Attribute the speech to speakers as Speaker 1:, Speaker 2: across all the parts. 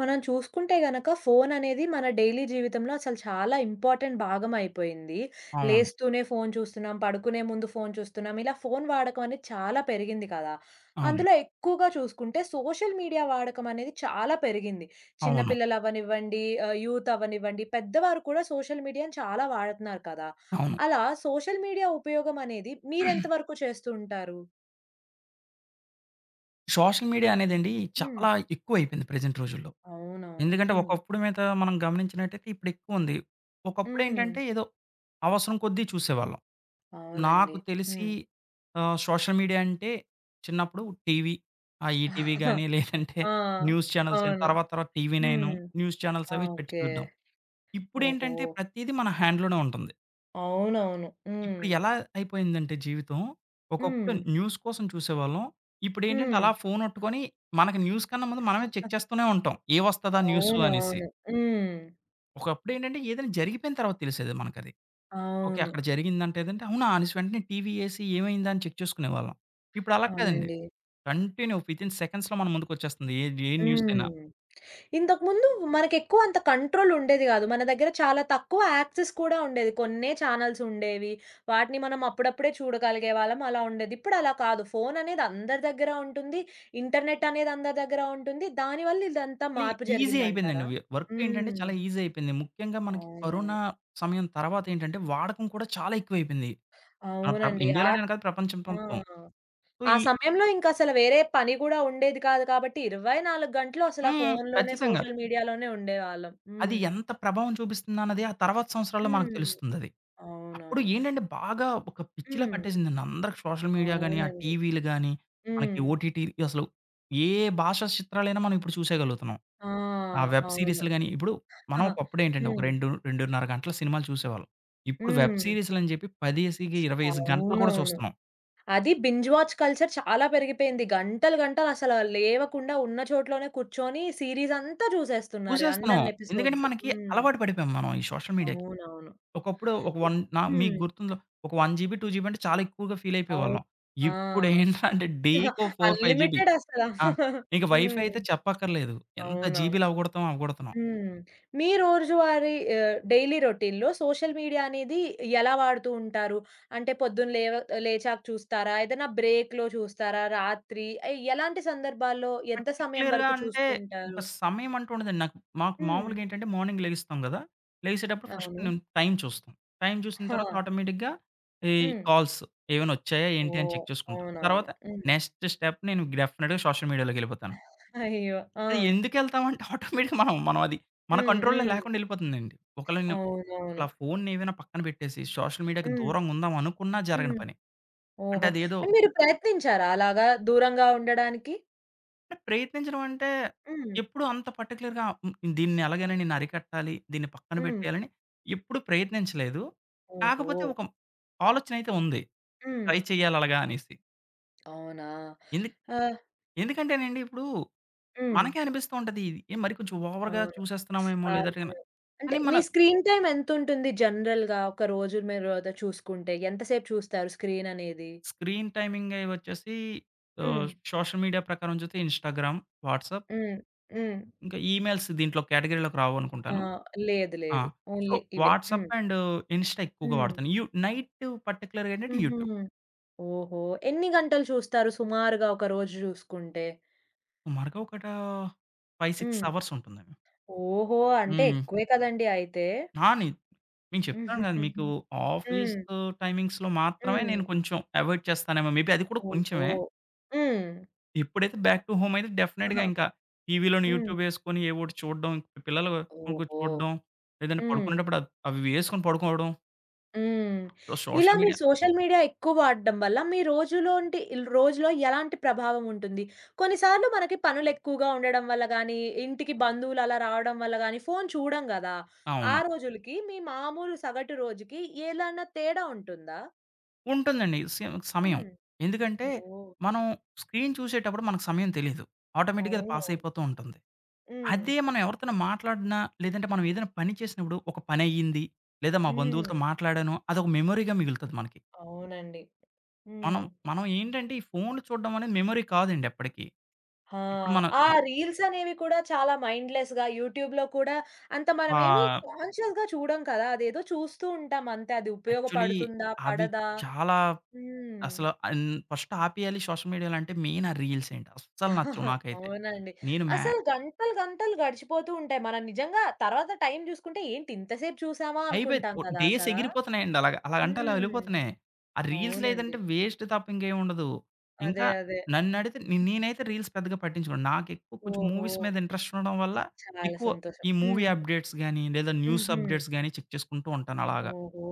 Speaker 1: మనం చూసుకుంటే గనక ఫోన్ అనేది మన డైలీ జీవితంలో అసలు చాలా ఇంపార్టెంట్ భాగం అయిపోయింది.
Speaker 2: అవును.
Speaker 1: లేస్తూనే ఫోన్ చూస్తున్నాం, పడుకునే ముందు ఫోన్ చూస్తున్నాం. ఇలా ఫోన్ వాడకం అనేది చాలా పెరిగింది కదా!
Speaker 2: అవును.
Speaker 1: అందులో ఎక్కువగా చూసుకుంటే సోషల్ మీడియా వాడకం అనేది చాలా పెరిగింది. చిన్న
Speaker 2: అవును.
Speaker 1: పిల్లలు అవ్వనివ్వండి, యూత్ అవ్వనివ్వండి, పెద్దవారు కూడా సోషల్ మీడియాని చాలా వాడుతున్నారు కదా!
Speaker 2: అవును.
Speaker 1: అలా సోషల్ మీడియా ఉపయోగం అనేది మీరెంత వరకు చేస్తూ ఉంటారు?
Speaker 2: సోషల్ మీడియా అనేదండి
Speaker 1: హ్మ్.
Speaker 2: చాలా ఎక్కువైపోయింది ప్రెజెంట్ రోజుల్లో.
Speaker 1: అవునవును.
Speaker 2: ఎందుకంటే
Speaker 1: హ్మ్.
Speaker 2: ఒకప్పుడు మీద మనం గమనించినట్టయితే ఇప్పుడెక్కువుంది.
Speaker 1: హ్మ్.
Speaker 2: ఒకప్పుడేంటంటే ఏదో అవసరం కొద్దీ చూసేవాళ్ళం.
Speaker 1: అవునండి.
Speaker 2: నాకు తెలిసి
Speaker 1: హ్మ్.
Speaker 2: సోషల్ మీడియా అంటే చిన్నప్పుడు టీవీ, ఆ ఈటీవీ గాని లేదంటే
Speaker 1: ఆ!
Speaker 2: న్యూస్ ఛానెల్స్ గాని
Speaker 1: అవును.
Speaker 2: తర్వాత తర్వాత టీవీ నైను,
Speaker 1: హ్మ్.
Speaker 2: న్యూస్ ఛానెల్స్
Speaker 1: ఆ!
Speaker 2: అవి పెట్టి
Speaker 1: ఓకే.
Speaker 2: చూడ్డం.
Speaker 1: ఓహో!
Speaker 2: ఇప్పుడేంటంటే ప్రతీదీ మన హ్యాండ్‌లోనే ఉంటుంది.
Speaker 1: అవునవును. హ్మ్.
Speaker 2: ఇప్పుడు ఎలా అయిపోయిందంటే జీవితం, ఒకప్పుడు
Speaker 1: హ్మ్.
Speaker 2: న్యూస్ కోసం చూసేవాళ్ళం. ఇప్పుడేంటంటే
Speaker 1: హ్మ్.
Speaker 2: అలా ఫోన్ పట్టుకొని మనకి న్యూస్ కన్నా ముందు మనమే చెక్ చేస్తూనే ఉంటాం. ఏవొస్తదా న్యూసు అనేసి.
Speaker 1: అవునవును. హ్మ్.
Speaker 2: ఒకప్పుడేంటంటే ఏదైనా జరిగిపోయిన తర్వాత తెలిసేది మనకది. ఓకే.
Speaker 1: అవును.
Speaker 2: అక్కడ జరిగిందంటే ఏదంటే అవునా అనేసి వెంటనే టీవీ ఏసి ఏమైందా అని చెక్ చేసుకునేవాళ్ళం. ఇప్పుడు అలా కాదండి.
Speaker 1: అవునండి.
Speaker 2: కంటిన్యూ వితిన్ సెకండ్స్‌లో మన ముందుకొచ్చేస్తుంది. ఏ ఏ న్యూస్ అయినా.
Speaker 1: హ్మ్. ఇంతకుముందు మనకెక్కువ అంత కంట్రోల్ ఉండేది గాదు. మన దగ్గర చాలా తక్కువ యాక్సెస్ కూడా ఉండేది. కొన్నే ఛానెల్స్ ఉండేవి. వాటిని మనం అప్పుడప్పుడే చూడగలిగే వాళ్ళం. అలా ఉండేది. ఇప్పుడు అలా కాదు. ఫోన్ అనేది అందరి దగ్గర ఉంటుంది. ఇంటర్నెట్ అనేది అందరి దగ్గర ఉంటుంది. దానివల్ల ఇదంతా
Speaker 2: మళ్ళీ
Speaker 1: మార్పు
Speaker 2: ఈజీ అయిపోయిందండి.
Speaker 1: జరిగిందంటారా?
Speaker 2: వి వర్క్ ఏంటంటే
Speaker 1: హ్మ్.
Speaker 2: చాలా ఈజీ అయిపోయింది. ముఖ్యంగా మనకి
Speaker 1: అవునవును.
Speaker 2: కరోనా సమయం తర్వాత ఏంటంటే వాడకం కూడా చాలా ఎక్కువైపోయింది. ఆ, ప్ర
Speaker 1: అవునండి.
Speaker 2: ఇండియాలోనే కాదు ప్రపంచం
Speaker 1: ఆ!
Speaker 2: మొత్తం. సో,
Speaker 1: ఆ
Speaker 2: ఈ
Speaker 1: సమయంలో ఇంకసల వేరే పని గూడా ఉండేది కాదు కాబట్టి 24 గంటలు అసల
Speaker 2: హ్మ్.
Speaker 1: ఫోనులోనే,
Speaker 2: ఖచ్చితంగా.
Speaker 1: సోషల్ మీడియాలోనే ఉండేవాళ్ళం.
Speaker 2: అది
Speaker 1: హ్మ్.
Speaker 2: ఎంత ప్రభావం చూపిస్తుందన్నది ఆ తర్వాత సంవత్సరాల్లో మనకు
Speaker 1: హ్మ్.
Speaker 2: తెలుస్తుందది. అప్పుడు
Speaker 1: అవునవును.
Speaker 2: ఏంటంటే బాగా ఒక పిచ్చిలా
Speaker 1: హ్మ్.
Speaker 2: పట్టేసిందండి. అందరికి సోషల్ మీడియా గాని, ఆ
Speaker 1: అవునండి.
Speaker 2: టీవీలు గాని, మనకి
Speaker 1: హ్మ్.
Speaker 2: ఓటీటీ అసలు ఏ భాషా చిత్రాలైనా మనం ఇప్పుడు చూసేయగలుగుతున్నాం.
Speaker 1: ఆ!
Speaker 2: ఆ వెబ్
Speaker 1: అవును.
Speaker 2: సీరీస్‌లు గాని, ఇప్పుడు మనం ఒకప్పుడు ఏంటంటే ఒక
Speaker 1: హ్మ్.
Speaker 2: 2, 2:30 గంటల సినిమాలు చూసేవాళ్ళం. ఇప్పుడు వెబ్
Speaker 1: హ్మ్.
Speaker 2: సీరీస్‌లని చెప్పి 10 ఏసికి 25 గంటలు కూడా
Speaker 1: అవునవును.
Speaker 2: చూస్తున్నాం.
Speaker 1: అది బింజ్ వాచ్ కల్చర్ చాలా పెరిగిపోయింది. గంటలు గంటలు అసల లేవకుండా ఉన్న చోట్లోనే కూర్చొని సీరీసంతా చూసేస్తున్నారు.
Speaker 2: చూసేస్తున్నాం.
Speaker 1: అన్నన్ని
Speaker 2: ఎందుకంటే
Speaker 1: ఎపిసోడ్స్.
Speaker 2: మనకి
Speaker 1: హ్మ్.
Speaker 2: అలవాటు పడిపోయాం మనం ఈ సోషల్ మీడియాకి.
Speaker 1: అవునవును.
Speaker 2: ఒకప్పుడు ఒక 1 నా మీకు
Speaker 1: హ్మ్.
Speaker 2: గుర్తుందో ఒక 1 జీబీ, 2 జీబీ అంటే చాలా ఎక్కువగా ఫీల్
Speaker 1: అవును.
Speaker 2: అయిపోయేవాళ్ళం.
Speaker 1: ఆ!
Speaker 2: ఇప్పుడేంటంటే డేకో 4, 5 జీబీ.
Speaker 1: అన్‌లిమిటెడ్ అసల.
Speaker 2: ఆ! ఇంక వైఫై
Speaker 1: హ్మ్.
Speaker 2: అయితే చెప్పక్కర్లేదు. ఎంత
Speaker 1: అవునవును.
Speaker 2: జీబీలు అవగొడుతున్నాం.
Speaker 1: హ్మ్. మీ రోజువారీ డైలీ రొటీన్‌లో సోషల్ మీడియా అనేది ఎలా వాడుతూ ఉంటారు? అంటే పొద్దున్న లేవ లేచాక చూస్తారా? ఏదైనా బ్రేక్‌లో చూస్తారా? రాత్రి ఎలాంటి సందర్భాల్లో ఎంత సమయం
Speaker 2: పర్టిక్యులర్‌గా
Speaker 1: వరకు
Speaker 2: అంటే
Speaker 1: చూస్తూ
Speaker 2: ఒక
Speaker 1: ఉంటారు?
Speaker 2: సమయం అంటూ ఉండదండి. మాకు
Speaker 1: హ్మ్.
Speaker 2: మామూలుగా ఏంటంటే మార్నింగ్ లెగిస్తాం గదా! లెగిసేటప్పుడు ఫస్ట్
Speaker 1: అవును.
Speaker 2: నేను టైమ్ చూస్తాం. టైమ్ చూసిన
Speaker 1: హా!
Speaker 2: తర్వాత ఆటోమేటిక్‌గా ఈ
Speaker 1: హ్మ్.
Speaker 2: కాల్స్ ఏమైనా వచ్చాయా ఏంటి అని
Speaker 1: ఓహ్!
Speaker 2: చెక్ చేసుకుంటా.
Speaker 1: అవునవును.
Speaker 2: తర్వాత
Speaker 1: హ్మ్.
Speaker 2: నెక్స్ట్ స్టెప్ నేను డెఫినిట్‌గా సోషల్ మీడియాలోకెళ్ళిపోతాను.
Speaker 1: అయ్యో! ఆ!
Speaker 2: అది ఎందుకెళ్తామంటే ఆటోమేటిక్‌గా మనం మనం అది మన
Speaker 1: హ్మ్.
Speaker 2: కంట్రోల్‌లో
Speaker 1: హ్మ్.
Speaker 2: లేకుండా ఎళ్ళిపోతుందండి. ఒకళ్ళని
Speaker 1: అవునవును.
Speaker 2: ఒకళ్ళ ఫోన్‌ని ఏవైనా పక్కన పెట్టేసి సోషల్ మీడియాకి
Speaker 1: హ్మ్.
Speaker 2: దూరంగా ఉందాం అనుకున్నా జరగని
Speaker 1: హ్మ్.
Speaker 2: పని. అంటే
Speaker 1: ఓహో!
Speaker 2: అదేదో
Speaker 1: అంటే మీరు ప్రయత్నించారా అలాగా దూరంగా ఉండడానికి?
Speaker 2: అంటే ప్రయత్నించడం అంటే
Speaker 1: హ్మ్.
Speaker 2: ఎప్పుడు అంత పర్టిక్యులర్‌గా దీన్ని ఎలాగైనా నేను
Speaker 1: ఓహో!
Speaker 2: అరికట్టాలి, దీన్ని పక్కన
Speaker 1: హ్మ్.
Speaker 2: పెట్టేయాలని ఎప్పుడు ప్రయత్నించలేదు.
Speaker 1: ఓహో!
Speaker 2: కాకపోతే ఒక ఆలోచన అయితే ఉంది.
Speaker 1: హ్మ్.
Speaker 2: ట్రై చేయాలి అలాగా అనేసి.
Speaker 1: అవునా?
Speaker 2: ఎందు
Speaker 1: ఆహ్,
Speaker 2: ఎందుకంటేనండి ఇప్పుడు
Speaker 1: హ్మ్.
Speaker 2: మనకే అనిపిస్తూ ఉంటది. ఇది మరి కొంచెం ఓవర్‌గా
Speaker 1: అవును.
Speaker 2: చూసేస్తున్నామేమో లేదంటే
Speaker 1: అవును. అంటే
Speaker 2: కానీ మన
Speaker 1: మీ స్క్రీన్ టైమ్ ఎంతుంటుంది జనరల్‌గా ఒక రోజు మీరు అది చూసుకుంటే? ఎంతసేపు చూస్తారు స్క్రీన్ అనేది?
Speaker 2: స్క్రీన్ టైమింగ్ అయి వచ్చేసి
Speaker 1: హ్మ్.
Speaker 2: సోషల్ మీడియా ప్రకారం చూస్తే ఇన్‌స్టాగ్రామ్, వాట్సాప్
Speaker 1: హ్మ్. హ్మ్.
Speaker 2: ఇంకా ఈమెయిల్స్ దీంట్లో కేటగరీలోకి
Speaker 1: ఆ!
Speaker 2: రావనుకుంటాను.
Speaker 1: లేదు.
Speaker 2: ఆ!
Speaker 1: లేదు.
Speaker 2: సో,
Speaker 1: ఓన్లీ ఇవే.
Speaker 2: WhatsApp
Speaker 1: hmm.
Speaker 2: అండ్ ఇన్‌స్టా ఎక్కువగా
Speaker 1: హ్మ్.
Speaker 2: వాడతాను. యు నైట్ పర్టిక్యులర్‌గా ఏంటంటే
Speaker 1: హుహు.
Speaker 2: యూట్యూబ్.
Speaker 1: ఓహో! ఎన్ని గంటలు చూస్తారు సుమారుగా ఒక రోజు చూసుకుంటే?
Speaker 2: సుమారుగా ఒకట 5,
Speaker 1: హ్మ్.
Speaker 2: 6 అవర్స్ ఉంటుందండి.
Speaker 1: ఓహో! అంటే
Speaker 2: హ్మ్.
Speaker 1: ఎక్కువే కదండీ అయితే.
Speaker 2: నాని నేను చెప్తాను గదా, మీకు.
Speaker 1: హ్మ్.
Speaker 2: ఆఫీసు టైమింగ్స్‌లో మాత్రమే
Speaker 1: హ్మ్.
Speaker 2: నేను కొంచెం అవాయిడ్ చేస్తానేమో. మేబీ అది కూడా
Speaker 1: ఓహో!
Speaker 2: కొంచెమే.
Speaker 1: హ్మ్.
Speaker 2: ఎప్పుడైతే బ్యాక్ టు హోమ్ అయితే
Speaker 1: ఆహా!
Speaker 2: డెఫినెట్‌గా ఇంకా టీవీలోని
Speaker 1: హ్మ్.
Speaker 2: యూట్యూబ్ వేసుకొని ఏవోటి చూడడం, పిల్లలు
Speaker 1: ఓహో!
Speaker 2: చూడడం, లేదంటే
Speaker 1: హ్మ్.
Speaker 2: పడుకునేటప్పుడు అవి వేసుకొని పడుకోవడం.
Speaker 1: హ్మ్. ఇలా
Speaker 2: సోషల్
Speaker 1: మీరు
Speaker 2: మీడియా
Speaker 1: సోషల్ మీడియా ఎక్కువ వాడడం వల్ల మీ రోజులోంటి రోజులో ఎలాంటి ప్రభావం ఉంటుంది? కొన్నిసార్లు మనకి పనులెక్కువగా ఉండడం వల్ల గానీ, ఇంటికి బంధువులు అలా రావడం వల్ల గానీ ఫోను చూడం గదా! ఆ
Speaker 2: అవును.
Speaker 1: రోజులకి మీ మామూలు సగటు రోజుకి ఏదన్నా తేడా ఉంటుందా?
Speaker 2: ఉంటుందండి. సమయం.
Speaker 1: హ్మ్.
Speaker 2: ఎందుకంటే
Speaker 1: ఓహ్!
Speaker 2: మనం స్క్రీన్ చూసేటప్పుడు మనకు సమయం తెలీదు. ఆటోమేటిక్‌గా అది పాస్
Speaker 1: అవునవును.
Speaker 2: అయిపోతూ ఉంటుంది.
Speaker 1: హ్మ్.
Speaker 2: అదే మనం ఎవరితోనో మాట్లాడినా, లేదంటే మనం ఏదైనా పని చేసినప్పుడు ఒక పని అయ్యింది, లేదా మా
Speaker 1: హ్మ్.
Speaker 2: బంధువులతో మాట్లాడాను అదొక మెమొరీగా మిగులుతది మనకి.
Speaker 1: అవునండి.
Speaker 2: మనం
Speaker 1: హ్మ్.
Speaker 2: మనం ఏంటంటే ఈ ఫోన్‌లు చూడడం అనేది మెమొరీ కాదండి ఎప్పటికి.
Speaker 1: ఆ!
Speaker 2: ఇప్పుడు మనం
Speaker 1: ఆ
Speaker 2: ఆహ్,
Speaker 1: రీల్స్ అనేవి కూడా చాలా మైండ్‌లెస్‌గా యూట్యూబ్‌లో కూడా అంత మనమేమి
Speaker 2: ఆ!
Speaker 1: కాన్షియస్‌గా చూడం కదా! అదేదో చూస్తూ ఉంటాం అంతే. అది
Speaker 2: యాక్చువల్లీ
Speaker 1: ఉపయోగపడుతుందా?
Speaker 2: అవి
Speaker 1: పడదా?
Speaker 2: చాలా
Speaker 1: హ్మ్.
Speaker 2: అసలు అన్ ఫస్ట్ ఆపేయాలి సోషల్ మీడియాలో అంటే మెయిన్ ఆ రీల్స్ ఏంటి. అస్సలు నచ్చవు నాకైతే.
Speaker 1: అవునండి.
Speaker 2: నేను మ్యా
Speaker 1: అసలు గంటలు గంటలు గడిచిపోతూ ఉంటాయి. మనం నిజంగా తర్వాత టైం చూసుకుంటే ఏంటి ఇంతసేపు చూసామా?
Speaker 2: అయిపోయేది
Speaker 1: అనుకుంటాం
Speaker 2: ఓ
Speaker 1: కదా
Speaker 2: డేస్
Speaker 1: అసలా.
Speaker 2: ఎగిరిపోతున్నాయండి అలాగా. అలాగంటే అలా
Speaker 1: హ్మ్.
Speaker 2: వెళ్ళిపోతున్నాయి. ఆ రీల్స్ లేదంటే
Speaker 1: అవునండి.
Speaker 2: వేస్ట్ తప్ప ఇంకేం ఉండదు.
Speaker 1: అదే.
Speaker 2: ఇంకా
Speaker 1: అదే.
Speaker 2: నన్నడిగితే నేనైతే రీల్స్ పెద్దగా పట్టించుకోను. నాకెక్కువ కొంచెం
Speaker 1: ఓహో!
Speaker 2: మూవీస్ మీద ఇంట్రెస్ట్ ఉండడం వల్ల
Speaker 1: చాలా
Speaker 2: ఎక్కువ
Speaker 1: సంతోషం.
Speaker 2: ఈ మూవీ
Speaker 1: హ్మ్.
Speaker 2: అప్డేట్స్ గాని, లేదా న్యూస్
Speaker 1: హుహు.
Speaker 2: అప్డేట్స్ గాని చెక్ చేసుకుంటూ ఉంటాను అలాగా.
Speaker 1: ఓహో!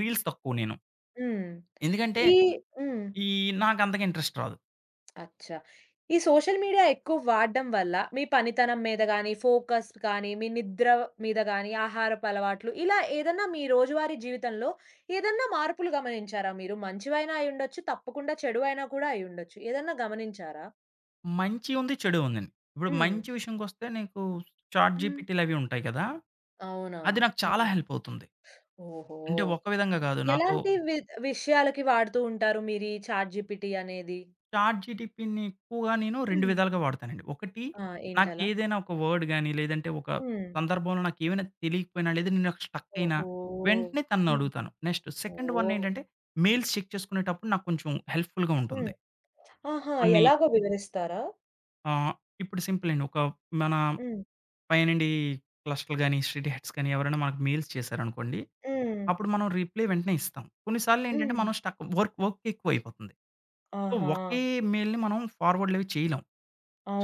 Speaker 2: రీల్స్ తక్కువ నేను.
Speaker 1: హ్మ్.
Speaker 2: ఎందుకంటే
Speaker 1: ఈ హ్మ్.
Speaker 2: ఈ నాకంతగా ఇంట్రెస్ట్ రాదు.
Speaker 1: అచ్చా! ఈ సోషల్ మీడియా ఎక్కువ వాడడం వల్ల మీ పనితనం మీద గాని, ఫోకస్ కానీ, మీ నిద్ర మీద గాని, ఆహారపు అలవాట్లు ఇలా ఏదన్నా మీ రోజువారీ జీవితంలో ఏదన్నా మార్పులు గమనించారా మీరు? మంచివైనా అయ్యుండొచ్చు, తప్పకుండా చెడు అయినా కూడా అయ్యుండొచ్చు. ఏదన్నా గమనించారా?
Speaker 2: మంచి ఉంది, చెడు ఉందండి. ఇప్పుడు
Speaker 1: హ్మ్.
Speaker 2: మంచి విషయంకొస్తే నీకు చాట్
Speaker 1: హ్మ్.
Speaker 2: జీపీటీలవి ఉంటాయి కదా! అది
Speaker 1: అవునవును.
Speaker 2: నాకు చాలా
Speaker 1: హ్మ్.
Speaker 2: హెల్ప్ అవుతుంది.
Speaker 1: ఓహో!
Speaker 2: అంటే ఒక విధంగా కాదు. నాకు
Speaker 1: ఎలాంటి వి విషయాలకి వాడుతూ ఉంటారు మీరు ఈ చాట్‌జీపీటీ అనేది?
Speaker 2: చాట్ జీటీపీని ఎక్కువగా నేను 2
Speaker 1: హ్మ్.
Speaker 2: విధాలుగా వాడతానండి. ఒకటి
Speaker 1: ఆ! ఏంటలా?
Speaker 2: నాకేదైనా ఒక వర్డ్ గాని, లేదంటే ఒక
Speaker 1: హ్మ్.
Speaker 2: సందర్భంలో నాకేమైనా తెలియకపోయినా, లేదా నాకు స్ట్రక్ అయినా
Speaker 1: ఓహో!
Speaker 2: వెంటనే
Speaker 1: హ్మ్.
Speaker 2: తననడుగుతాను. Next second one
Speaker 1: oh!
Speaker 2: ఏంటంటే మెయిల్స్ చెక్ చేసుకునేటప్పుడు నాకు కొంచెం హెల్ప్‌ఫుల్‌గా
Speaker 1: హ్మ్.
Speaker 2: ఉంటుంది.
Speaker 1: ఆహా!
Speaker 2: కొన్ని
Speaker 1: ఎలాగో వివరిస్తారా?
Speaker 2: ఆహ్, ఇప్పుడు సింపుల్ అండి. ఒక మన
Speaker 1: హ్మ్.
Speaker 2: పైనుండి క్లస్టర్‌లు గాని, స్ట్రీట్ హెడ్స్ గాని ఎవరైనా మనకు మెయిల్స్ చేశారనుకోండి,
Speaker 1: హ్మ్.
Speaker 2: అప్పుడు మనం రిప్లై వెంటనే ఇస్తాం. కొన్నిసార్లు ఏంటంటే
Speaker 1: హ్మ్.
Speaker 2: మనం స్టక్ వర్క్ ఎక్కువైపోతుంది. సో,
Speaker 1: ఆహా!
Speaker 2: ఒకే మెయిల్‌ని మనం ఫార్వర్డ్‌లు అవి చేయలేం.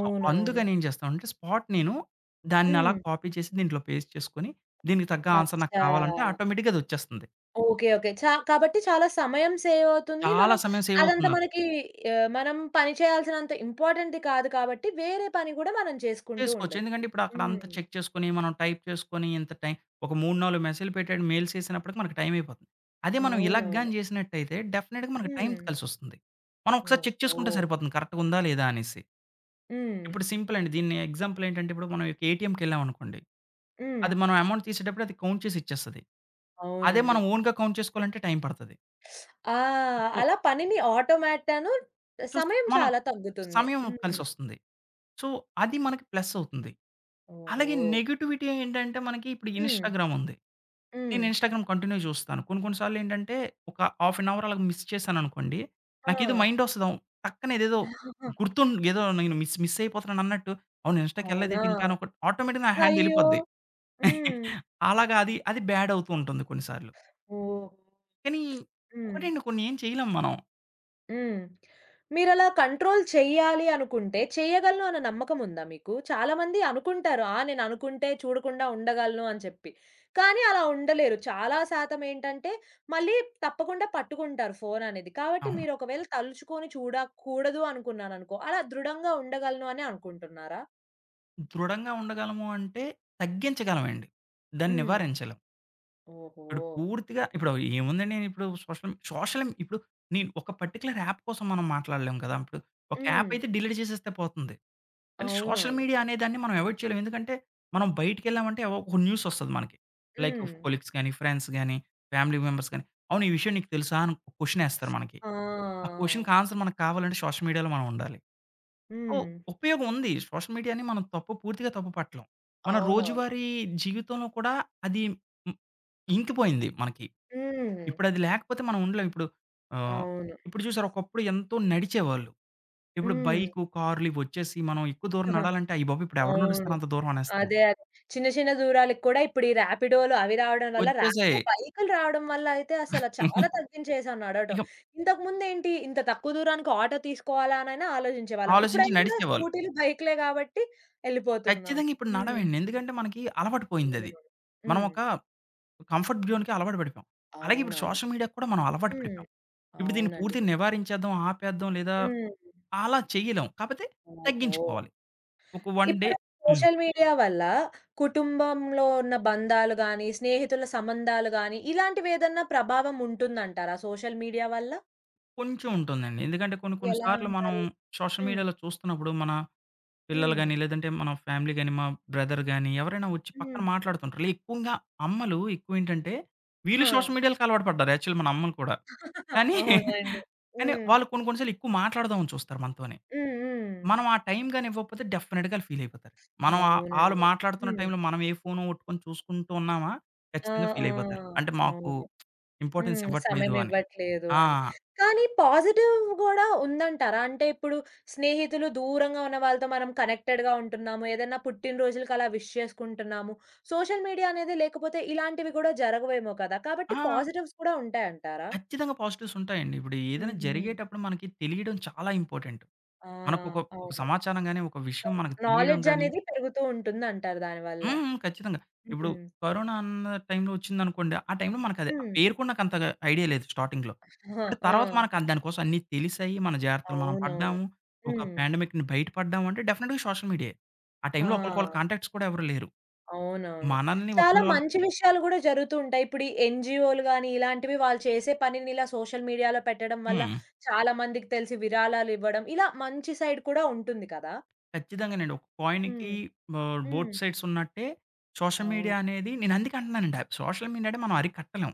Speaker 2: సో, అందుకని ఏం చేస్తామంటే స్పాట్ నేను దాన్ని అలా
Speaker 1: హ్మ్.
Speaker 2: కాపీ చేసి దీంట్లో పేస్ట్ చేసుకొని, దీనికి తగ్గ ఆన్సర్ నాకు
Speaker 1: అచ్చా!
Speaker 2: కావాలంటే ఆటోమేటిక్‌గా అదొచ్చేస్తుంది.
Speaker 1: ఓకే. ఓకే. కాబట్టి చాలా సమయం సేవ్ అవుతుంది.
Speaker 2: చాలా
Speaker 1: మనం
Speaker 2: సమయం సేవ్
Speaker 1: అదంతా
Speaker 2: అవుతుంది నాకు.
Speaker 1: మనకి మనం పని చేయాల్సినంత ఇంపార్టెంట్ కాదు కాబట్టి వేరే పని కూడా మనం చేసుకుంటూ
Speaker 2: చేసుకోవచ్చు.
Speaker 1: ఉండొచ్చు.
Speaker 2: ఎందుకంటే ఇప్పుడు అక్కడ అంతా
Speaker 1: హ్మ్.
Speaker 2: చెక్ చేసుకొని, మనం టైప్ చేసుకొని ఇంత టైం ఒక 3, 4 మెసేజ్‌లు పెట్టాడు మెయిల్స్ చేసినప్పటికి మనకు టైం అయిపోతుంది. అదే మనం ఇలాగ
Speaker 1: అవునవును.
Speaker 2: గాని చేసినట్టయితే డెఫినిట్‌గా మనకు టైం
Speaker 1: హ్మ్.
Speaker 2: కలిసొస్తుంది. మనం ఒకసారి చెక్ చేసుకుంటే
Speaker 1: ఓహో!
Speaker 2: సరిపోతుంది కరెక్ట్‌గా ఉందా లేదా అనేసి.
Speaker 1: హ్మ్.
Speaker 2: ఇప్పుడు సింపుల్ అండి. దీన్ని ఎగ్జాంపుల్ ఏంటంటే ఇప్పుడు మనం ఏటీఎంకెళ్ళామనుకోండి.
Speaker 1: హ్మ్.
Speaker 2: అది మనం అమౌంట్ తీసేటప్పుడు అది కౌంట్ చేసి ఇచ్చేస్తది. అదే
Speaker 1: అవునండి.
Speaker 2: మనం ఓన్‌గా కౌంట్ చేసుకోవాలంటే టైం పడతది.
Speaker 1: ఆ!
Speaker 2: సో,
Speaker 1: అలా పనిని ఆటోమేట్ అను
Speaker 2: చూస్
Speaker 1: సమయం
Speaker 2: మనం
Speaker 1: చాలా తగ్గుతుంది.
Speaker 2: సమయం
Speaker 1: హ్మ్.
Speaker 2: కలిసొస్తుంది. సో, అది మనకి ప్లస్ అవుతుంది. అలాగే
Speaker 1: ఓహో!
Speaker 2: నెగటివిటీ ఏంటంటే మనకి ఇప్పుడు
Speaker 1: హ్మ్.
Speaker 2: ఇన్‌స్టాగ్రామ్ ఉంది.
Speaker 1: హ్మ్.
Speaker 2: నేను ఇన్‌స్టాగ్రామ్ కంటిన్యూ చూస్తాను. కొన్ని కొన్ని సార్లు ఏంటంటే ఒక హాఫ్ అన్ అవర్ అలాగా మిస్ చేశాననుకోండి.
Speaker 1: ఆ!
Speaker 2: నాకేదో మైండ్ వస్తది. టక్కన ఇదేదో గుర్తుం ఏదో నేను మిస్ మిస్ అయిపోతున్నాను అన్నట్టు అవును
Speaker 1: అవునా?
Speaker 2: ఇన్‌స్టాకెళ్ళలేదేటి ఇంకా అని ఒక ఆటోమేటిక్‌గా నా హ్యాండ్
Speaker 1: అయ్యో!
Speaker 2: ఎళ్ళిపోద్ది.
Speaker 1: హ్మ్.
Speaker 2: అలాగా అది అది బ్యాడ్ అవుతూ ఉంటుంది కొన్ని సార్లు.
Speaker 1: ఓహో!
Speaker 2: కానీ
Speaker 1: హ్మ్.
Speaker 2: ఒకటండి కొన్ని ఏం చేయలేం మనం.
Speaker 1: హ్మ్. మీరలా కంట్రోల్ చెయ్యాలి అనుకుంటే, చెయ్యగలను అన్న నమ్మకముందా మీకు? చాలామంది అనుకుంటారు. ఆ! నేననుకుంటే చూడకుండా ఉండగలను అని చెప్పి. కానీ అలా ఉండలేరు. చాలా శాతం ఏంటంటే, మళ్ళీ తప్పకుండా పట్టుకుంటారు ఫోననేది. కాబట్టి
Speaker 2: అవును.
Speaker 1: మీరొకవేళ తలుచుకొని చూడకూడదు అనుకున్నారనుకో, అలా దృఢంగా ఉండగలను అనే అనుకుంటున్నారా?
Speaker 2: దృఢంగా ఉండగలము అంటే తగ్గించగలమండి. దాన్ని
Speaker 1: హ్మ్.
Speaker 2: నివారించలేం. ఇప్పుడు
Speaker 1: ఓహో!
Speaker 2: పూర్తిగా ఇప్పుడు ఏముందండి నేనిప్పుడు సోషల్ సోషల్ ఇప్పుడు నేను ఒక పర్టిక్యులర్ యాప్ కోసం మనం మాట్లాడలేం కదా! ఇప్పుడు ఒక యాప్
Speaker 1: హ్మ్.
Speaker 2: అయితే డిలీట్ చేసేస్తే పోతుంది. కానీ సోషల్
Speaker 1: అవునవును.
Speaker 2: మీడియా అనేదాన్ని మనం అవాయిడ్ చేయలేం. ఎందుకంటే మనం బయటికెళ్ళామంటే ఏవో ఒక న్యూస్ ఒస్తది మనకి. లైక్
Speaker 1: హ్మ్.
Speaker 2: కొలీగ్స్ గాని, ఫ్రెండ్స్ గాని, ఫ్యామిలీ మెంబర్స్ గాని, "అవును ఈ విషయం నీకు తెలుసా?" అని ఒక క్వెషన్ ఎస్తారు మనకి. ఆ
Speaker 1: ఆ!
Speaker 2: క్వెషన్‌కి ఆన్సర్ మనకు కావాలంటే సోషల్ మీడియాలో మనం ఉండాలి. సో,
Speaker 1: హ్మ్.
Speaker 2: ఉపయోగం ఉంది. సోషల్ మీడియాని మనం పూర్తిగా తప్పు పట్టలేం. మన
Speaker 1: అవునవును.
Speaker 2: రోజువారీ జీవితంలో కూడా అది హ్మ్, ఇంకిపోయింది మనకి.
Speaker 1: హ్మ్.
Speaker 2: ఇప్పుడది లేకపోతే మనం ఉండలేం. ఆహ్,
Speaker 1: అవును.
Speaker 2: ఇప్పుడు చూసారా ఒకప్పుడు ఎంతో నడిచేవాళ్ళు. ఇప్పుడు
Speaker 1: హ్మ్.
Speaker 2: బైకు, కార్లు ఇవొచ్చేసి మనం ఎక్కువ దూరం నడాలంటే అయ్యబాబోయ్! ఇప్పుడెవరు నడుస్తారు
Speaker 1: అవును.
Speaker 2: అంత దూరం అనేస్తున్నాం.
Speaker 1: అదే. అదే. చిన్న చిన్న దూరాలకు కూడా ఇప్పుడు ఈ ర్యాపిడోలు అవి రావడం వల్ల ర్యాపిడో
Speaker 2: వచ్చేసాయి.
Speaker 1: బైకులు రావడం వల్ల అయితే అసల చాలా తగ్గించేసాం నడవటం.
Speaker 2: ఇక
Speaker 1: ఇంతకుముందేంటి ఇంత తక్కువ దూరానికి ఆటో తీసుకోవాలా అనైనా ఆలోచించేవాళ్ళం. ఇప్పుడు
Speaker 2: ఆలోచించి
Speaker 1: అవి కూడా
Speaker 2: నడిచేవాళ్ళు.
Speaker 1: స్కూటీలు, బైకులే కాబట్టి ఎళ్ళిపోతున్నాం.
Speaker 2: ఖచ్చితంగా ఇప్పుడు
Speaker 1: హ్మ్.
Speaker 2: నడవండి. ఎందుకంటే మనకి అలవాటు పోయిందది. మనం ఒక కంఫర్ట్ జోన్‌కి అలవాటు పడిపోయాం. అలాగే ఇప్పుడు
Speaker 1: అవునవును.
Speaker 2: సోషల్ మీడియాకి కూడా మనం అలవాటు
Speaker 1: హ్మ్.
Speaker 2: పడిపోయాం.
Speaker 1: అవునవును. హ్మ్.
Speaker 2: ఇప్పుడు దీన్ని
Speaker 1: అవునండి.
Speaker 2: పూర్తిగా నివారించేద్దాం, ఆపేద్దాం లేదా
Speaker 1: హ్మ్.
Speaker 2: అలా చేయలేం. కాపోతే
Speaker 1: ఓహో!
Speaker 2: తగ్గించుకోవాలి. ఒక 1 డే
Speaker 1: ఇప్పుడు
Speaker 2: హ్మ్.
Speaker 1: సోషల్ మీడియా వల్ల కుటుంబంలో ఉన్న బంధాలు గాని, స్నేహితుల సంబంధాలు గాని ఇలాంటివేదన్నా ప్రభావం ఉంటుందంటారా సోషల్ మీడియా వల్ల?
Speaker 2: కొంచెం ఉంటుందండి. ఎందుకంటే కొన్ని కొన్ని
Speaker 1: ఎలా
Speaker 2: సార్లు మనం
Speaker 1: అంటారు?
Speaker 2: సోషల్
Speaker 1: హ్మ్.
Speaker 2: మీడియాలో చూస్తున్నప్పుడు మన పిల్లలు
Speaker 1: హ్మ్.
Speaker 2: గాని, లేదంటే మన ఫ్యామిలీ గాని, మా బ్రదర్ గాని ఎవరైనా వచ్చి పక్కన
Speaker 1: హ్మ్.
Speaker 2: మాట్లాడుతుంటారు. ఎక్కువగా అమ్మలు ఎక్కువేంటంటే వీళ్ళు
Speaker 1: ఆ!
Speaker 2: సోషల్ మీడియాలకి అలవాటు పడ్డారు యాక్చువల్లీ మన అమ్మలు కూడా. కానీ,
Speaker 1: అవునండి.
Speaker 2: కానీ
Speaker 1: హ్మ్.
Speaker 2: వాళ్ళు కొన్ని కొన్ని సార్లు ఎక్కువ మాట్లాడదామని చూస్తారు మనతోనే.
Speaker 1: హ్మ్. హ్మ్.
Speaker 2: మనం ఆ టైం గాని ఇవ్వకపోతే డెఫినిట్‌గా ఆళ్ళు ఫీల్ అయిపోతారు. మనం ఆళ్ళు
Speaker 1: అవునండి.
Speaker 2: మాట్లాడుతున్న
Speaker 1: హ్మ్.
Speaker 2: టైంలో మనం ఏ ఫోను పట్టుకొని చూసుకుంటూ ఉన్నామా
Speaker 1: ఆ!
Speaker 2: ఖచ్చితంగా
Speaker 1: ఆ!
Speaker 2: ఫీల్ అయిపోతారు. అంటే మాకు
Speaker 1: అవును.
Speaker 2: ఇంపార్టెన్స్
Speaker 1: హ్మ్.
Speaker 2: ఇవ్వట్లేదు అని.
Speaker 1: సమయమివ్వట్లేదు
Speaker 2: ఆ!
Speaker 1: అని. కానీ పాజిటివ్ గూడా ఉందంటారా? అంటే ఇప్పుడు స్నేహితులు దూరంగా ఉన్న వాళ్ళతో మనం కనెక్టెడ్‌గా ఉంటున్నాము. ఏదన్నా పుట్టినరోజులకలా విష్ చేసుకుంటున్నాము. సోషల్ మీడియా అనేది లేకపోతే ఇలాంటివి గూడా జరగవేమో కదా! కాబట్టి
Speaker 2: ఆ!
Speaker 1: పాజిటివ్స్ కూడా ఉంటాయంటారా?
Speaker 2: ఖచ్చితంగా పాజిటివ్స్ ఉంటాయండి. ఇప్పుడు ఏదైనా
Speaker 1: హుహు.
Speaker 2: జరిగేటప్పుడు మనకి తెలియడం చాలా ఇంపార్టెంట్.
Speaker 1: ఆ!
Speaker 2: మనకొక ఒక ఒక
Speaker 1: అవును.
Speaker 2: సమాచారం గాని, ఒక విషయం మనకు తెలియడం
Speaker 1: నాలెడ్జ్
Speaker 2: గాని
Speaker 1: అనేది పెరుగుతూ ఉంటుందంటారు దానివల్ల.
Speaker 2: హ్మ్. హ్మ్. ఖచ్చితంగా. ఇప్పుడు
Speaker 1: హ్మ్.
Speaker 2: కరోనా అన్న టైంలో వచ్చిందనుకోండి. ఆ టైంలో మనకది ఆ
Speaker 1: హ్మ్.
Speaker 2: పేరు కూడా నాకు అంతగా ఐడియా లేదు స్టార్టింగ్‌లో.
Speaker 1: ఆ!
Speaker 2: ఇప్పుడు తర్వాత
Speaker 1: ఆ!
Speaker 2: మనకు దాని కోసం అన్నీ తెలిసాయి. మన జాగ్రత్తలు మనం
Speaker 1: అవునవును.
Speaker 2: పడ్డాము. ఒక
Speaker 1: హ్మ్.
Speaker 2: పాండమిక్‌ని బయట పడ్డాము అంటే డెఫినిట్‌గా సోషల్ మీడియాయే. ఆ టైంలో ఒకళ్ళకొకళ్ళు
Speaker 1: ఆ!
Speaker 2: కాంటాక్ట్స్ కూడా ఎవరు లేరు.
Speaker 1: అవునవును.
Speaker 2: మనల్ని
Speaker 1: చాలా
Speaker 2: ఒకళ్ళని వాళ్ళు
Speaker 1: మంచి విషయాలు గూడా జరుగుతూ ఉంటాయి. ఇప్పుడు ఈ ఎన్‌జీఓలు గాని, ఇలాంటివి వాళ్ళు చేసే పనిని ఇలా సోషల్ మీడియాలో పెట్టడం వల్ల
Speaker 2: హ్మ్.
Speaker 1: చాలా మందికి తెలిసి విరాళాలివ్వడం, ఇలా మంచి సైడ్ కూడా ఉంటుంది కదా!
Speaker 2: ఖచ్చితంగానండి. ఒక కాయిన్‌కి
Speaker 1: హ్మ్.
Speaker 2: బోత్
Speaker 1: హ్మ్.
Speaker 2: సైడ్స్ ఉన్నట్టే సోషల్ మీడియా
Speaker 1: అవును.
Speaker 2: అనేది నేను అందుకే అంటున్నానండి. సోషల్ మీడియాని మనం అరికట్టలేం.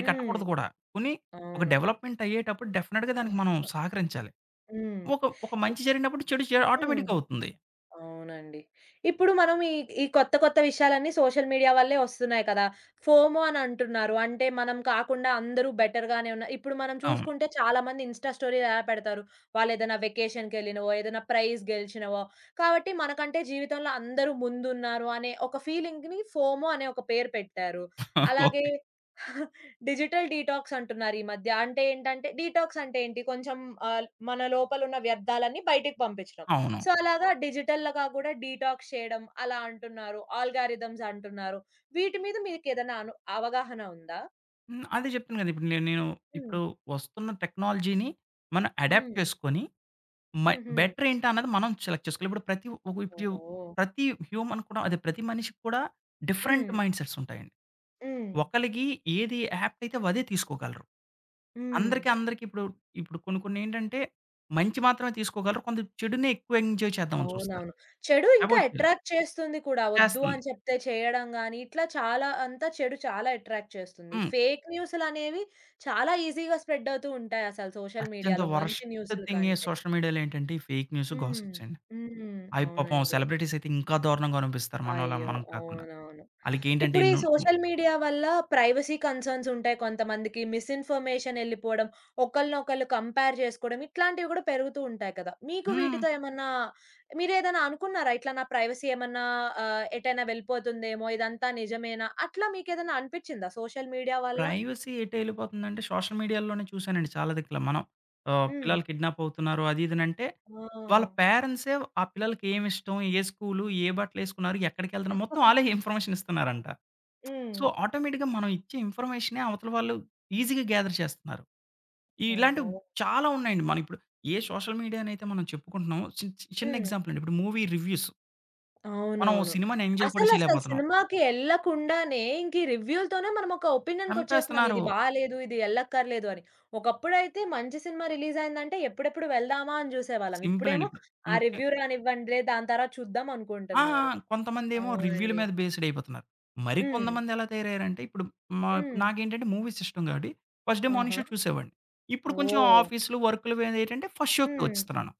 Speaker 1: హ్మ్.
Speaker 2: కూడా. పోనీ ఒక
Speaker 1: అవును.
Speaker 2: డెవలప్‌మెంట్ అయ్యేటప్పుడు డెఫినిట్‌గా దానికి మనం సహకరించాలి.
Speaker 1: హ్మ్.
Speaker 2: ఒక ఒక
Speaker 1: ఇ
Speaker 2: మంచి జరిగినప్పుడు చెడు చె
Speaker 1: హ్మ్.
Speaker 2: ఆటోమేటిక్‌గా అవుతుంది.
Speaker 1: అవునండి. ఇప్పుడు మనం ఈ కొత్త కొత్త విషయాలన్నీ సోషల్ మీడియా వల్లే వస్తున్నాయి కదా! ఫోమో అని అంటున్నారు. అంటే మనం కాకుండా అందరూ బెటర్‌గానే ఉన్నారు. ఇప్పుడు మనం
Speaker 2: అవును.
Speaker 1: చూసుకుంటే చాలామంది ఇన్‌స్టా స్టోరీలు ఎలా పెడతారు? వాళ్ళేదైనా వెకేషన్‌కెళ్ళినవో, ఏదైనా ప్రైజ్ గెలిచినవో, కాబట్టి మనకంటే జీవితంలో అందరూ ముందున్నారు అనే ఒక ఫీలింగ్‌ని ఫోమో అనే ఒక పేరు పెట్టారు. అలాగే
Speaker 2: ఓకే.
Speaker 1: డిజిటల్ డీటాక్స్ అంటున్నారు ఈ మధ్య. అంటే ఏంటంటే డీటాక్స్ అంటే ఏంటి? కొంచెం మన లోపలున్న వ్యర్థాలన్నీ బయటికి పంపించడం.
Speaker 2: అవును.
Speaker 1: సో, అలాగా డిజిటల్‌గా గూడా డీటాక్స్ చేయడం అలా అంటున్నారు. ఆల్గారిథమ్స్ అంటున్నారు. వీటి మీద మీకేదైనా అవగాహన ఉందా?
Speaker 2: హ్మ్. అదే చెప్తాను కదా! ఇప్పుడు నేను నేను
Speaker 1: హ్మ్.
Speaker 2: ఇప్పుడు వస్తున్న టెక్నాలజీని మనం అడాప్ట్
Speaker 1: హ్మ్.
Speaker 2: చేసుకొని మ
Speaker 1: హుహు.
Speaker 2: బెటర్ ఏంటా అన్నది మనం సెలెక్ట్ చేసుకోవాలి. ఇప్పుడు ప్రతి ఒక ఇప్పుడు
Speaker 1: ఓహో!
Speaker 2: ప్రతి హ్యూమన్ కూడా అదే ప్రతి మనిషికి కూడా డిఫరెంట్
Speaker 1: హ్మ్.
Speaker 2: మైండ్‌సెట్స్ ఉంటాయండి.
Speaker 1: హ్మ్.
Speaker 2: ఒకళ్ళకి ఏది యాప్ట్ అయితే అదే తీసుకోగలరు.
Speaker 1: హ్మ్.
Speaker 2: అందరికి, అందరికి ఇప్పుడు, ఇప్పుడు కొన్ని కొన్ని ఏంటంటే మంచి మాత్రమే తీసుకోగలరు. కొంత చెడునే ఎక్కువ ఎంజాయ్ చేద్దామని చూస్తారు.
Speaker 1: అవునవును. చెడు ఇంకా
Speaker 2: అవాయిడ్ చేయలేరు.
Speaker 1: అట్రాక్ట్ చేస్తుంది కూడా. వద్దు
Speaker 2: చేస్తుంది.
Speaker 1: అని చెప్తే చేయడం గాని, ఇట్లా చాలా అంతా చెడు చాలా అట్రాక్ట్ చేస్తుంది.
Speaker 2: హ్మ్.
Speaker 1: ఫేక్ న్యూసులనేవి చాలా ఈజీగా స్ప్రెడ్ అవుతూ ఉంటాయి అసలు సోషల్
Speaker 2: అత్యంత
Speaker 1: మీడియాలో మంచి
Speaker 2: వరస్ట్
Speaker 1: న్యూసుల
Speaker 2: థింగ్
Speaker 1: కంటే.
Speaker 2: సోషల్ మీడియాలో ఏంటంటే ఈ ఫేక్ న్యూస్,
Speaker 1: హ్మ్.
Speaker 2: గాసిప్స్ అండి.
Speaker 1: హ్మ్.
Speaker 2: అవి పాపం
Speaker 1: అవునండి.
Speaker 2: సెలబ్రిటీస్ అయితే ఇంకా దారుణంగా అనిపిస్తారు మనోళ్ళ
Speaker 1: అయ్యో!
Speaker 2: మనం కాకుండా.
Speaker 1: అవునవును.
Speaker 2: ఆళ్ళకేంటంటే
Speaker 1: ఇప్పుడు ఈ
Speaker 2: ఎన్నో
Speaker 1: సోషల్ మీడియా వల్ల ప్రైవసీ కన్సర్న్స్ ఉంటాయి కొంతమందికి. మిస్‌ఇన్ఫర్మేషన్ ఎళ్ళిపోవడం, ఒకళ్ళనొకళ్ళు కంపేర్ చేసుకోవడం ఇట్లాంటివి గూడా పెరుగుతూ ఉంటాయి కదా! మీకు
Speaker 2: హ్మ్.
Speaker 1: వీటితో ఏమన్నా మీరేదైనా అనుకున్నారా? ఇట్లా నా ప్రైవసీ ఏమన్నా ఎటైనా వెళ్ళిపోతుందేమో! ఇదంతా నిజమేనా? అట్లా మీకేదైనా అనిపిచ్చిందా సోషల్ మీడియా వల్ల?
Speaker 2: ప్రైవసీ ఎటెళ్ళిపోతుందంటే, సోషల్ మీడియాలోనే చూసానండి చాలా దిక్కుల. మనం
Speaker 1: హ్మ్.
Speaker 2: పిల్లలు కిడ్నాప్ అవుతున్నారు అది ఇది అనంటే,
Speaker 1: ఆ!
Speaker 2: వాళ్ళ పేరెంట్సే ఆ పిల్లలకి ఏమిష్టం, ఏ స్కూలు, ఏ బట్టలేసుకున్నారు, ఎక్కడికెళ్తున్నారు, మొత్తం ఆళ్ళే ఇన్ఫర్మేషన్ ఇస్తున్నారంట.
Speaker 1: హ్మ్.
Speaker 2: సో, ఆటోమేటిక్‌గా మనం ఇచ్చే ఇన్ఫర్మేషనే అవతల వాళ్ళు ఈజీగా గ్యాదర్ చేస్తున్నారు. ఈ
Speaker 1: ఓహో!
Speaker 2: ఇలాంటివి చాలా ఉన్నాయండి. మనం ఇప్పుడు ఏ సోషల్ మీడియానైతే మనం చెప్పుకుంటున్నామో చిన్న
Speaker 1: హ్మ్.
Speaker 2: ఎగ్జాంపుల్ అండి. ఇప్పుడు మూవీ రివ్యూస్. మనం ఓ
Speaker 1: అవునవును.
Speaker 2: సినిమాని ఎంజాయ్ కూడా
Speaker 1: అసలసలు
Speaker 2: చేయలేకపోతున్నాం.
Speaker 1: సినిమాకి ఎళ్ళకుండానే, ఇంక ఈ రివ్యూలతోనే మనం ఒక ఒపీనియన్‌కొచ్చేస్తున్నాం.
Speaker 2: చంపేస్తున్నారు.
Speaker 1: ఇది బాలేదు, ఇది ఎళ్ళక్కర్లేదు అని. ఒకప్పుడైతే మంచి సినిమా రిలీజ్ అయిందంటే ఎప్పుడెప్పుడు వెళ్దామా అని జూసేవాళ్ళం.
Speaker 2: సింపుల్ అండి
Speaker 1: ఇప్పుడేమో
Speaker 2: ఇప్పుడు.
Speaker 1: ఆ
Speaker 2: ముఖ్య
Speaker 1: రివ్యూ రానివ్వండిలే, దాని తర్వాత చూద్దాం
Speaker 2: ఆ!
Speaker 1: అనుకుంటున్నారు.
Speaker 2: కొంతమందేమో రివ్యూల
Speaker 1: అవునండి.
Speaker 2: మీద బేస్డ్ అయిపోతున్నారు.
Speaker 1: హ్మ్.
Speaker 2: మరికొంతమంది ఎలా తయారయ్యారంటే ఇప్పుడు
Speaker 1: హ్మ్.
Speaker 2: నాకేంటంటే మూవీస్ ఇష్టం కాబట్టి ఫస్ట్ డే మార్నింగ్
Speaker 1: ఆహా!
Speaker 2: షో చూసేవాడిని. ఇప్పుడు కొంచెం
Speaker 1: ఓహ్!
Speaker 2: ఆఫీస్‌లు, వర్క్‌లు మీద ఏంటంటే ఫస్ట్ షోకి
Speaker 1: హ్మ్.
Speaker 2: వచ్చేస్తున్నాను.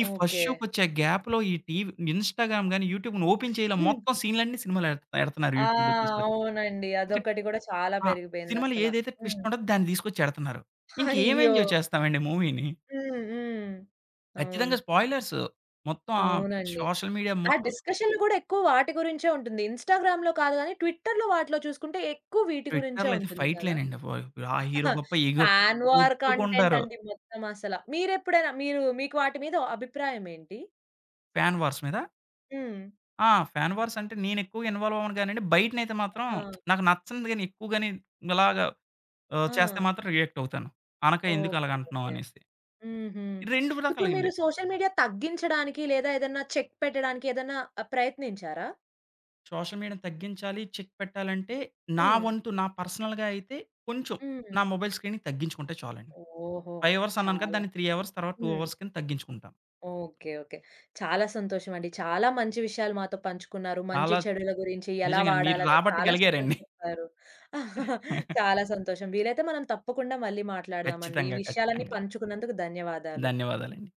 Speaker 2: ఈ ఫస్ట్
Speaker 1: ఓకే.
Speaker 2: షోకొచ్చే గ్యాప్‌లో ఈ టీవీ ఇన్‌స్టాగ్రామ్ గాని, యూట్యూబ్‌ని ఓపెన్ చేయలే
Speaker 1: హ్మ్.
Speaker 2: మొత్తం సీన్‌లన్నీ సినిమాలు ఎడతన్నారు
Speaker 1: ఆ!
Speaker 2: యూట్యూబ్‌లో తీసుకొచ్చి.
Speaker 1: అవునండి.
Speaker 2: ఇంకా
Speaker 1: అదొకటి గూడా చాలా
Speaker 2: ఆ! సినిమాలో
Speaker 1: పెరిగిపోయిందసల.
Speaker 2: ఏదైతే ట్విస్ట్
Speaker 1: హ్మ్.
Speaker 2: ఉంటదో దాన్ని తీసుకొచ్చి ఎడతన్నారు. ఇంకేం
Speaker 1: అయ్యో!
Speaker 2: ఎంజాయ్ చేస్తామండి మూవీని?
Speaker 1: హ్మ్. హ్మ్.
Speaker 2: ఖచ్చితంగా
Speaker 1: అవును.
Speaker 2: స్పాయిలర్స్. మొత్తం ఆ
Speaker 1: అవునండి.
Speaker 2: సోషల్ మీడియా
Speaker 1: ఆ
Speaker 2: మొత్తం
Speaker 1: డిస్కషన్‌లు గూడా ఎక్కువ వాటి గురించే ఉంటుంది. ఇన్‌స్టాగ్రామ్‌లో కాదు గానీ, ట్విట్టర్‌లో వాటిలో చూసుకుంటే ఎక్కువ వీటి గురించే
Speaker 2: ట్విట్టర్‌లో అయితే
Speaker 1: ఉంటుంది కదా!
Speaker 2: ఫైట్‌లేనండి. అబ్బోయ్! ఆ హీరో గొప్ప ఈ గొ
Speaker 1: ఫ్యాన్ వార్ కంటెంట్
Speaker 2: కొట్టుకుంటారు.
Speaker 1: అండి మొత్తం అసల. మీరెప్పుడైనా మీరు మీకు వాటి మీద అభిప్రాయం ఏంటి?
Speaker 2: ఫ్యాన్ వార్స్ మీద.
Speaker 1: హ్మ్.
Speaker 2: ఆ! ఫ్యాన్ వార్స్ అంటే నేను ఎక్కువగా ఇన్వాల్వ్ అవ్వను గానండి. బయటనైతే మాత్రం
Speaker 1: ఆహా!
Speaker 2: నాకు నచ్చనిది గాని ఎక్కువ గాని ఇలాగా చేస్తే
Speaker 1: ఆ!
Speaker 2: మాత్రం రియాక్ట్ అవుతాను. అనక ఎందుకు అలాగ
Speaker 1: ఓకే.
Speaker 2: అంటున్నావు
Speaker 1: ఓకే.
Speaker 2: అనేసి.
Speaker 1: హుహు.
Speaker 2: 2
Speaker 1: ఇప్పుడు మీరు
Speaker 2: రకాలండి.
Speaker 1: సోషల్ మీడియా తగ్గించడానికి లేదా ఏదన్నా చెక్ పెట్టడానికి ఏదన్నా ప్రయత్నించారా?
Speaker 2: సోషల్ మీడియాని తగ్గించాలి, చెక్ పెట్టాలంటే నా
Speaker 1: హ్మ్.
Speaker 2: వంతు నా పర్సనల్‌గా అయితే కొంచెం
Speaker 1: హ్మ్.
Speaker 2: నా మొబైల్ స్క్రీన్‌ని తగ్గించుకుంటే చాలండి.
Speaker 1: ఓహో!
Speaker 2: 5 అవర్స్ అన్నాను కదా!
Speaker 1: చాలా.
Speaker 2: దాన్ని 3 అవర్స్ తర్వాత 2
Speaker 1: హ్మ్.
Speaker 2: అవర్స్ కింద తగ్గించుకుంటాను.
Speaker 1: ఓకే. ఓకే. చాలా సంతోషమండి. చాలా మంచి విషయాలు మాతో పంచుకున్నారు. మంచి
Speaker 2: చాలా
Speaker 1: చెడుల గురించి ఎలా
Speaker 2: నిజంగానే మీరు
Speaker 1: వాడాలనే చాలా చక్కగా
Speaker 2: రాబట్టగలిగారండి.
Speaker 1: చెప్పారు. చాలా సంతోషం. వీలైతే మనం తప్పకుండా మళ్ళీ మాట్లాడదామండి. ఈ
Speaker 2: ఖచ్చితంగా.
Speaker 1: విషయాలన్నీ
Speaker 2: ఖచ్చితంగా.
Speaker 1: పంచుకున్నందుకు ధన్యవాదాలు.
Speaker 2: ధన్యవాదాలండి.